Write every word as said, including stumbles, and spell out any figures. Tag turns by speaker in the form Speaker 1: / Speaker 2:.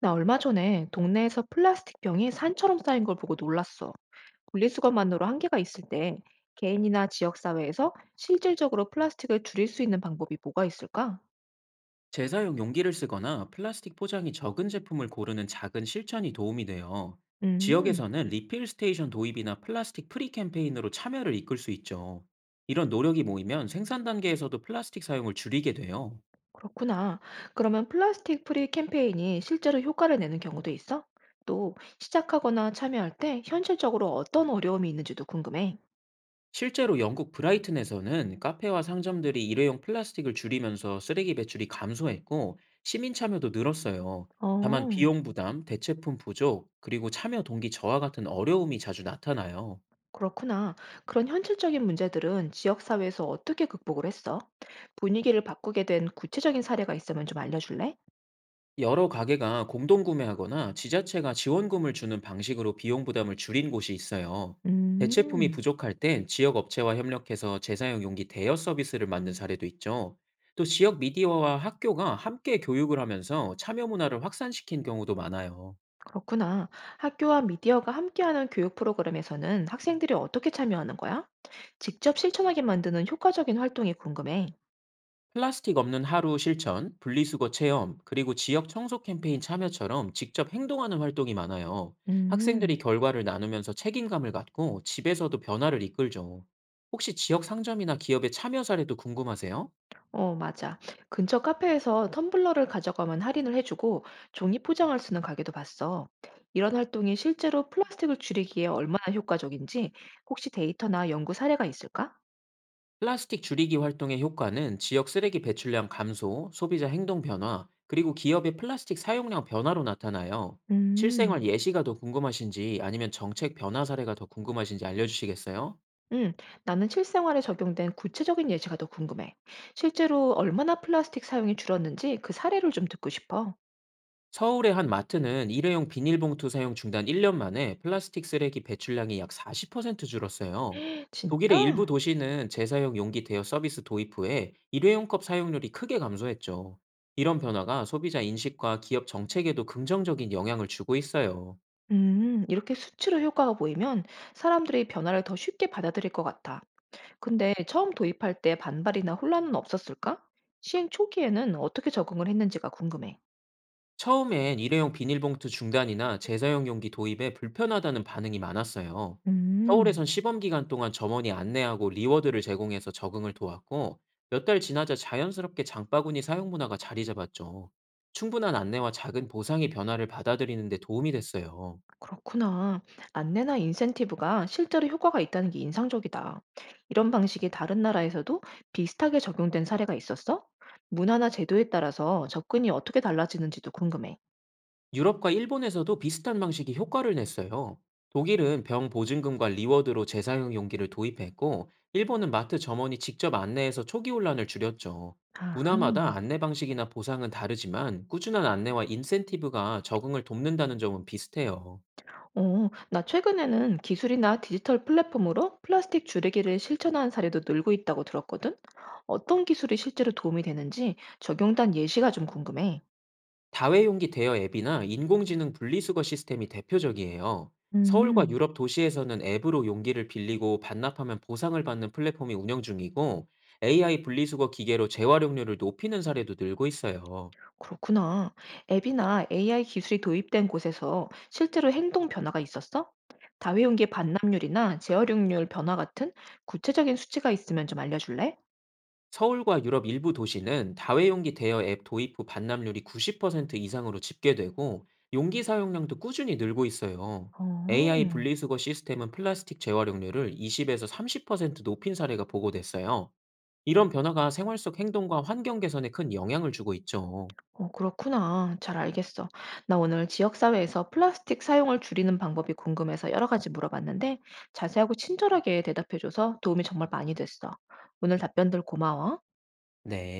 Speaker 1: 나 얼마 전에 동네에서 플라스틱 병이 산처럼 쌓인 걸 보고 놀랐어. 분리수거만으로 한계가 있을 때 개인이나 지역사회에서 실질적으로 플라스틱을 줄일 수 있는 방법이 뭐가 있을까?
Speaker 2: 재사용 용기를 쓰거나 플라스틱 포장이 적은 제품을 고르는 작은 실천이 도움이 돼요.
Speaker 1: 음,
Speaker 2: 지역에서는 리필 스테이션 도입이나 플라스틱 프리 캠페인으로 참여를 이끌 수 있죠. 이런 노력이 모이면 생산 단계에서도 플라스틱 사용을 줄이게 돼요.
Speaker 1: 그렇구나. 그러면 플라스틱 프리 캠페인이 실제로 효과를 내는 경우도 있어? 또 시작하거나 참여할 때 현실적으로 어떤 어려움이 있는지도 궁금해.
Speaker 2: 실제로 영국 브라이튼에서는 카페와 상점들이 일회용 플라스틱을 줄이면서 쓰레기 배출이 감소했고, 시민 참여도 늘었어요. 다만
Speaker 1: 어.
Speaker 2: 비용 부담, 대체품 부족, 그리고 참여 동기 저하 같은 어려움이 자주 나타나요.
Speaker 1: 그렇구나. 그런 현실적인 문제들은 지역사회에서 어떻게 극복을 했어? 분위기를 바꾸게 된 구체적인 사례가 있으면 좀 알려줄래?
Speaker 2: 여러 가게가 공동 구매하거나 지자체가 지원금을 주는 방식으로 비용 부담을 줄인 곳이 있어요. 대체품이
Speaker 1: 음,
Speaker 2: 부족할 땐 지역 업체와 협력해서 재사용 용기 대여 서비스를 만든 사례도 있죠. 또 지역 미디어와 학교가 함께 교육을 하면서 참여 문화를 확산시킨 경우도 많아요.
Speaker 1: 그렇구나. 학교와 미디어가 함께하는 교육 프로그램에서는 학생들이 어떻게 참여하는 거야? 직접 실천하게 만드는 효과적인 활동이 궁금해.
Speaker 2: 플라스틱 없는 하루 실천, 분리수거 체험, 그리고 지역 청소 캠페인 참여처럼 직접 행동하는 활동이 많아요. 학생들이
Speaker 1: 음.
Speaker 2: 결과를 나누면서 책임감을 갖고 집에서도 변화를 이끌죠. 혹시 지역 상점이나 기업의 참여 사례도 궁금하세요?
Speaker 1: 어, 맞아. 근처 카페에서 텀블러를 가져가면 할인을 해주고 종이 포장을 쓰는 가게도 봤어. 이런 활동이 실제로 플라스틱을 줄이기에 얼마나 효과적인지 혹시 데이터나 연구 사례가 있을까?
Speaker 2: 플라스틱 줄이기 활동의 효과는 지역 쓰레기 배출량 감소, 소비자 행동 변화, 그리고 기업의 플라스틱 사용량 변화로 나타나요.
Speaker 1: 음,
Speaker 2: 실생활 예시가 더 궁금하신지, 아니면 정책 변화 사례가 더 궁금하신지 알려주시겠어요?
Speaker 1: 음 나는 실생활에 적용된 구체적인 예시가 더 궁금해. 실제로 얼마나 플라스틱 사용이 줄었는지 그 사례를 좀 듣고 싶어.
Speaker 2: 서울의 한 마트는 일회용 비닐봉투 사용 중단 일 년 만에 플라스틱 쓰레기 배출량이 약 사십 퍼센트 줄었어요. 독일의 일부
Speaker 1: 진짜?
Speaker 2: 도시는 재사용 용기 대여 서비스 도입 후에 일회용 컵 사용률이 크게 감소했죠. 이런 변화가 소비자 인식과 기업 정책에도 긍정적인 영향을 주고 있어요.
Speaker 1: 음, 이렇게 수치로 효과가 보이면 사람들이 변화를 더 쉽게 받아들일 것 같아. 근데 처음 도입할 때 반발이나 혼란은 없었을까? 시행 초기에는 어떻게 적응을 했는지가 궁금해.
Speaker 2: 처음엔 일회용 비닐봉투 중단이나 재사용 용기 도입에 불편하다는 반응이 많았어요.
Speaker 1: 음,
Speaker 2: 서울에선 시범 기간 동안 점원이 안내하고 리워드를 제공해서 적응을 도왔고, 몇 달 지나자 자연스럽게 장바구니 사용 문화가 자리 잡았죠. 충분한 안내와 작은 보상의 변화를 받아들이는 데 도움이 됐어요.
Speaker 1: 그렇구나. 안내나 인센티브가 실제로 효과가 있다는 게 인상적이다. 이런 방식이 다른 나라에서도 비슷하게 적용된 사례가 있었어? 문화나 제도에 따라서 접근이 어떻게 달라지는지도 궁금해.
Speaker 2: 유럽과 일본에서도 비슷한 방식이 효과를 냈어요. 독일은 병 보증금과 리워드로 재사용 용기를 도입했고, 일본은 마트 점원이 직접 안내해서 초기 혼란을 줄였죠. 문화마다
Speaker 1: 아하.
Speaker 2: 안내 방식이나 보상은 다르지만, 꾸준한 안내와 인센티브가 적응을 돕는다는 점은 비슷해요.
Speaker 1: 어, 나 최근에는 기술이나 디지털 플랫폼으로 플라스틱 줄이기를 실천하는 사례도 늘고 있다고 들었거든. 어떤 기술이 실제로 도움이 되는지 적용단 예시가 좀 궁금해.
Speaker 2: 다회용기 대여 앱이나 인공지능 분리수거 시스템이 대표적이에요. 서울과
Speaker 1: 음,
Speaker 2: 유럽 도시에서는 앱으로 용기를 빌리고 반납하면 보상을 받는 플랫폼이 운영 중이고, 에이아이 분리수거 기계로 재활용률을 높이는 사례도 늘고 있어요.
Speaker 1: 그렇구나. 앱이나 에이아이 기술이 도입된 곳에서 실제로 행동 변화가 있었어? 다회용기 반납률이나 재활용률 변화 같은 구체적인 수치가 있으면 좀 알려줄래?
Speaker 2: 서울과 유럽 일부 도시는 다회용기 대여 앱 도입 후 반납률이 구십 퍼센트 이상으로 집계되고, 용기 사용량도 꾸준히 늘고 있어요. 에이아이
Speaker 1: 어.
Speaker 2: 분리수거 시스템은 플라스틱 재활용률을 이십에서 삼십 퍼센트 높인 사례가 보고됐어요. 이런 변화가 생활 속 행동과 환경 개선에 큰 영향을 주고 있죠.
Speaker 1: 어, 그렇구나. 잘 알겠어. 나 오늘 지역사회에서 플라스틱 사용을 줄이는 방법이 궁금해서 여러 가지 물어봤는데 자세하고 친절하게 대답해줘서 도움이 정말 많이 됐어. 오늘 답변들 고마워.
Speaker 2: 네.